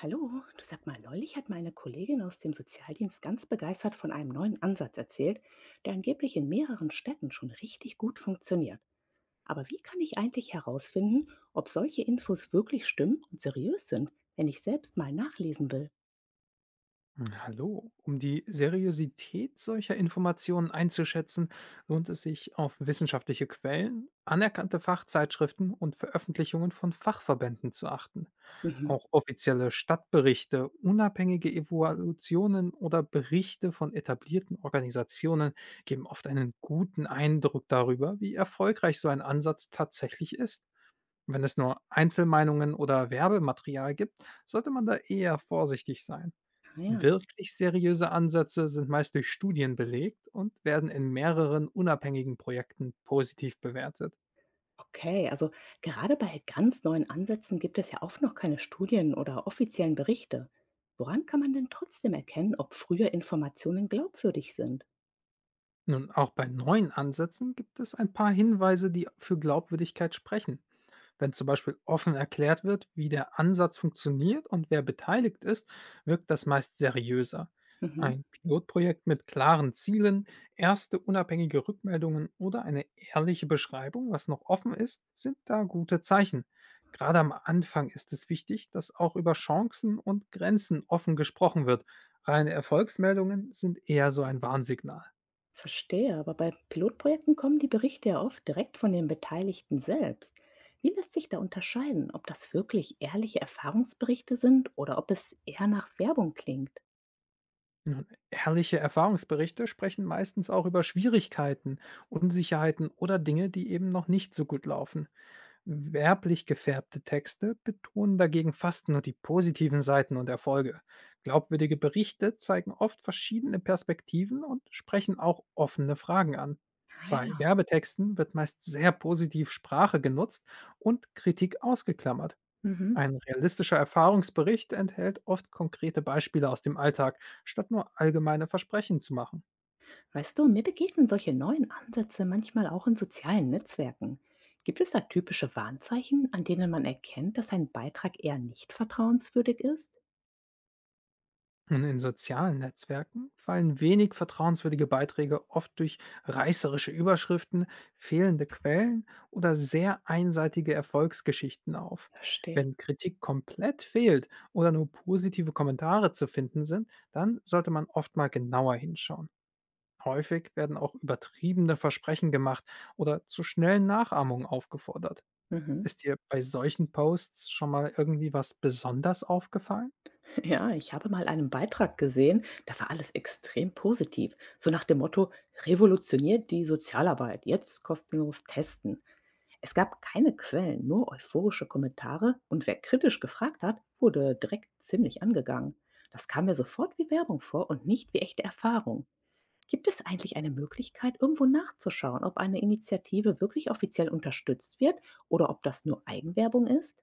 Hallo, du sag mal, neulich hat meine Kollegin aus dem Sozialdienst ganz begeistert von einem neuen Ansatz erzählt, der angeblich in mehreren Städten schon richtig gut funktioniert. Aber wie kann ich eigentlich herausfinden, ob solche Infos wirklich stimmen und seriös sind, wenn ich selbst mal nachlesen will? Hallo. Um die Seriosität solcher Informationen einzuschätzen, lohnt es sich, auf wissenschaftliche Quellen, anerkannte Fachzeitschriften und Veröffentlichungen von Fachverbänden zu achten. Mhm. Auch offizielle Stadtberichte, unabhängige Evaluationen oder Berichte von etablierten Organisationen geben oft einen guten Eindruck darüber, wie erfolgreich so ein Ansatz tatsächlich ist. Wenn es nur Einzelmeinungen oder Werbematerial gibt, sollte man da eher vorsichtig sein. Ah ja. Wirklich seriöse Ansätze sind meist durch Studien belegt und werden in mehreren unabhängigen Projekten positiv bewertet. Okay, also gerade bei ganz neuen Ansätzen gibt es ja oft noch keine Studien oder offiziellen Berichte. Woran kann man denn trotzdem erkennen, ob frühe Informationen glaubwürdig sind? Nun, auch bei neuen Ansätzen gibt es ein paar Hinweise, die für Glaubwürdigkeit sprechen. Wenn zum Beispiel offen erklärt wird, wie der Ansatz funktioniert und wer beteiligt ist, wirkt das meist seriöser. Mhm. Ein Pilotprojekt mit klaren Zielen, erste unabhängige Rückmeldungen oder eine ehrliche Beschreibung, was noch offen ist, sind da gute Zeichen. Gerade am Anfang ist es wichtig, dass auch über Chancen und Grenzen offen gesprochen wird. Reine Erfolgsmeldungen sind eher so ein Warnsignal. Verstehe, aber bei Pilotprojekten kommen die Berichte ja oft direkt von den Beteiligten selbst. Wie lässt sich da unterscheiden, ob das wirklich ehrliche Erfahrungsberichte sind oder ob es eher nach Werbung klingt? Nun, ehrliche Erfahrungsberichte sprechen meistens auch über Schwierigkeiten, Unsicherheiten oder Dinge, die eben noch nicht so gut laufen. Werblich gefärbte Texte betonen dagegen fast nur die positiven Seiten und Erfolge. Glaubwürdige Berichte zeigen oft verschiedene Perspektiven und sprechen auch offene Fragen an. Ah Bei ja. Werbetexten wird meist sehr positiv Sprache genutzt und Kritik ausgeklammert. Mhm. Ein realistischer Erfahrungsbericht enthält oft konkrete Beispiele aus dem Alltag, statt nur allgemeine Versprechen zu machen. Weißt du, mir begegnen solche neuen Ansätze manchmal auch in sozialen Netzwerken. Gibt es da typische Warnzeichen, an denen man erkennt, dass ein Beitrag eher nicht vertrauenswürdig ist? Und in sozialen Netzwerken fallen wenig vertrauenswürdige Beiträge oft durch reißerische Überschriften, fehlende Quellen oder sehr einseitige Erfolgsgeschichten auf. Verstehe. Wenn Kritik komplett fehlt oder nur positive Kommentare zu finden sind, dann sollte man oft mal genauer hinschauen. Häufig werden auch übertriebene Versprechen gemacht oder zu schnellen Nachahmungen aufgefordert. Mhm. Ist dir bei solchen Posts schon mal irgendwie was besonders aufgefallen? Ja, ich habe mal einen Beitrag gesehen, da war alles extrem positiv. So nach dem Motto, revolutioniert die Sozialarbeit, jetzt kostenlos testen. Es gab keine Quellen, nur euphorische Kommentare und wer kritisch gefragt hat, wurde direkt ziemlich angegangen. Das kam mir sofort wie Werbung vor und nicht wie echte Erfahrung. Gibt es eigentlich eine Möglichkeit, irgendwo nachzuschauen, ob eine Initiative wirklich offiziell unterstützt wird oder ob das nur Eigenwerbung ist?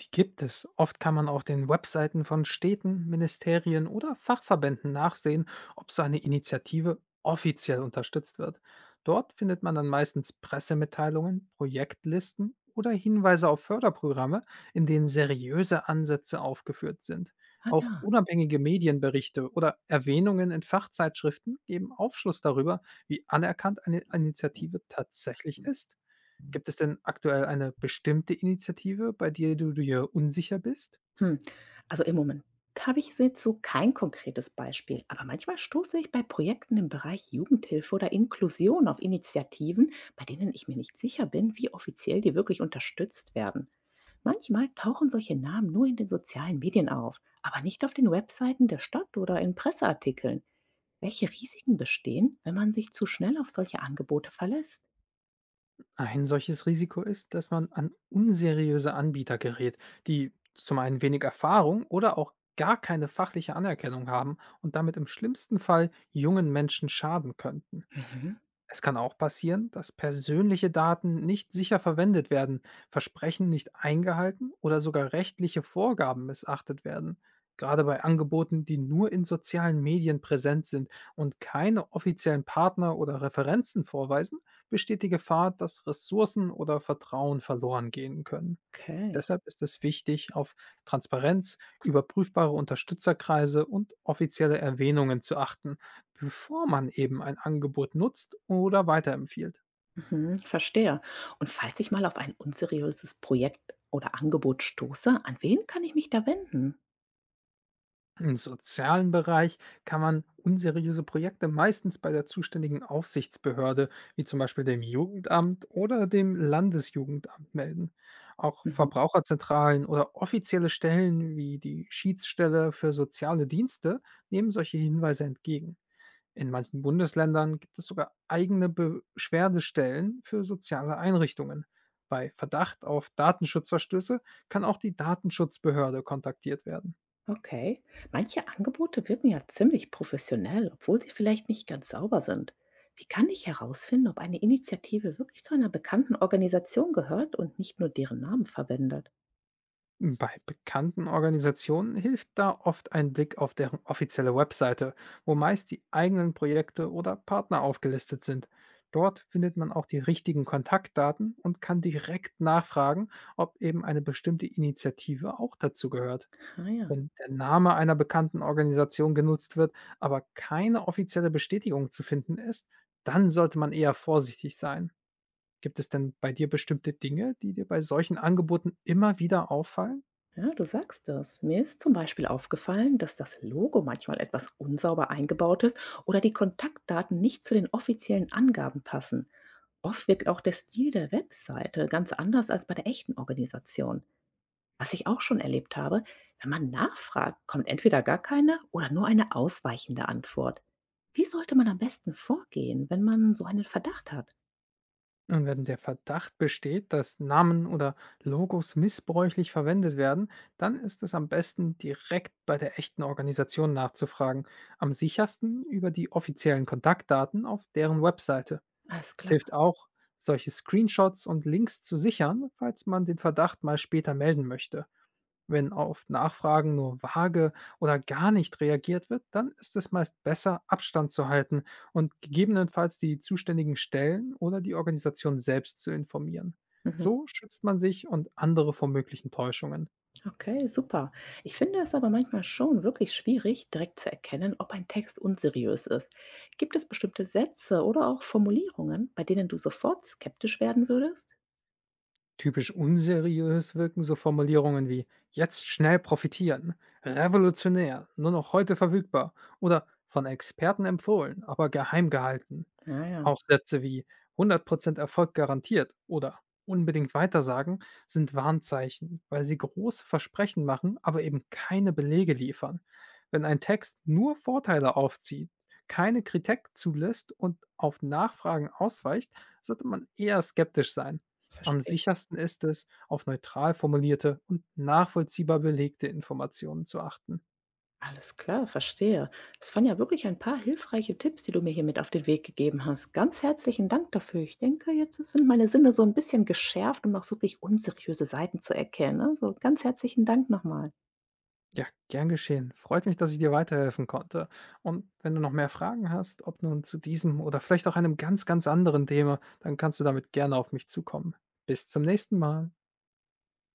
Die gibt es. Oft kann man auf den Webseiten von Städten, Ministerien oder Fachverbänden nachsehen, ob so eine Initiative offiziell unterstützt wird. Dort findet man dann meistens Pressemitteilungen, Projektlisten oder Hinweise auf Förderprogramme, in denen seriöse Ansätze aufgeführt sind. Ah Auch ja. unabhängige Medienberichte oder Erwähnungen in Fachzeitschriften geben Aufschluss darüber, wie anerkannt eine Initiative tatsächlich ist. Gibt es denn aktuell eine bestimmte Initiative, bei der du dir unsicher bist? Hm, also im Moment habe ich jetzt so kein konkretes Beispiel, aber manchmal stoße ich bei Projekten im Bereich Jugendhilfe oder Inklusion auf Initiativen, bei denen ich mir nicht sicher bin, wie offiziell die wirklich unterstützt werden. Manchmal tauchen solche Namen nur in den sozialen Medien auf, aber nicht auf den Webseiten der Stadt oder in Presseartikeln. Welche Risiken bestehen, wenn man sich zu schnell auf solche Angebote verlässt? Ein solches Risiko ist, dass man an unseriöse Anbieter gerät, die zum einen wenig Erfahrung oder auch gar keine fachliche Anerkennung haben und damit im schlimmsten Fall jungen Menschen schaden könnten. Mhm, Es kann auch passieren, dass persönliche Daten nicht sicher verwendet werden, Versprechen nicht eingehalten oder sogar rechtliche Vorgaben missachtet werden. Gerade bei Angeboten, die nur in sozialen Medien präsent sind und keine offiziellen Partner oder Referenzen vorweisen, besteht die Gefahr, dass Ressourcen oder Vertrauen verloren gehen können. okay. Deshalb ist es wichtig, auf Transparenz, überprüfbare Unterstützerkreise und offizielle Erwähnungen zu achten, bevor man eben ein Angebot nutzt oder weiterempfiehlt. Mhm, verstehe. Und falls ich mal auf ein unseriöses Projekt oder Angebot stoße, an wen kann ich mich da wenden? Im sozialen Bereich kann man unseriöse Projekte meistens bei der zuständigen Aufsichtsbehörde, wie zum Beispiel dem Jugendamt oder dem Landesjugendamt, melden. Auch Mhm, Verbraucherzentralen oder offizielle Stellen wie die Schiedsstelle für soziale Dienste nehmen solche Hinweise entgegen. In manchen Bundesländern gibt es sogar eigene Beschwerdestellen für soziale Einrichtungen. Bei Verdacht auf Datenschutzverstöße kann auch die Datenschutzbehörde kontaktiert werden. okay. Manche Angebote wirken ja ziemlich professionell, obwohl sie vielleicht nicht ganz sauber sind. Wie kann ich herausfinden, ob eine Initiative wirklich zu einer bekannten Organisation gehört und nicht nur deren Namen verwendet? Bei bekannten Organisationen hilft da oft ein Blick auf deren offizielle Webseite, wo meist die eigenen Projekte oder Partner aufgelistet sind. Dort findet man auch die richtigen Kontaktdaten und kann direkt nachfragen, ob eben eine bestimmte Initiative auch dazu gehört. Ah ja. Wenn der Name einer bekannten Organisation genutzt wird, aber keine offizielle Bestätigung zu finden ist, dann sollte man eher vorsichtig sein. Gibt es denn bei dir bestimmte Dinge, die dir bei solchen Angeboten immer wieder auffallen? Ja, du sagst das. Mir ist zum Beispiel aufgefallen, dass das Logo manchmal etwas unsauber eingebaut ist oder die Kontaktdaten nicht zu den offiziellen Angaben passen. Oft wirkt auch der Stil der Webseite ganz anders als bei der echten Organisation. Was ich auch schon erlebt habe, wenn man nachfragt, kommt entweder gar keine oder nur eine ausweichende Antwort. Wie sollte man am besten vorgehen, wenn man so einen Verdacht hat? Und wenn der Verdacht besteht, dass Namen oder Logos missbräuchlich verwendet werden, dann ist es am besten, direkt bei der echten Organisation nachzufragen. Am sichersten über die offiziellen Kontaktdaten auf deren Webseite. Alles Es klar. hilft auch, solche Screenshots und Links zu sichern, falls man den Verdacht mal später melden möchte. Wenn auf Nachfragen nur vage oder gar nicht reagiert wird, dann ist es meist besser, Abstand zu halten und gegebenenfalls die zuständigen Stellen oder die Organisation selbst zu informieren. Mhm. So schützt man sich und andere vor möglichen Täuschungen. Okay, super. Ich finde es aber manchmal schon wirklich schwierig, direkt zu erkennen, ob ein Text unseriös ist. Gibt es bestimmte Sätze oder auch Formulierungen, bei denen du sofort skeptisch werden würdest? Typisch unseriös wirken so Formulierungen wie „jetzt schnell profitieren“, „revolutionär“, „nur noch heute verfügbar“ oder „von Experten empfohlen, aber geheim gehalten“. Ja, ja, Auch Sätze wie „100% Erfolg garantiert“ oder „unbedingt weitersagen“ sind Warnzeichen, weil sie große Versprechen machen, aber eben keine Belege liefern. Wenn ein Text nur Vorteile aufzieht, keine Kritik zulässt und auf Nachfragen ausweicht, sollte man eher skeptisch sein. Am verstehe. sichersten ist es, auf neutral formulierte und nachvollziehbar belegte Informationen zu achten. Alles klar, verstehe. Das waren ja wirklich ein paar hilfreiche Tipps, die du mir hier mit auf den Weg gegeben hast. Ganz herzlichen Dank dafür. Ich denke, jetzt sind meine Sinne so ein bisschen geschärft, um auch wirklich unseriöse Seiten zu erkennen. Also ganz herzlichen Dank nochmal. Ja, gern geschehen. Freut mich, dass ich dir weiterhelfen konnte. Und wenn du noch mehr Fragen hast, ob nun zu diesem oder vielleicht auch einem ganz, ganz anderen Thema, dann kannst du damit gerne auf mich zukommen. Bis zum nächsten Mal.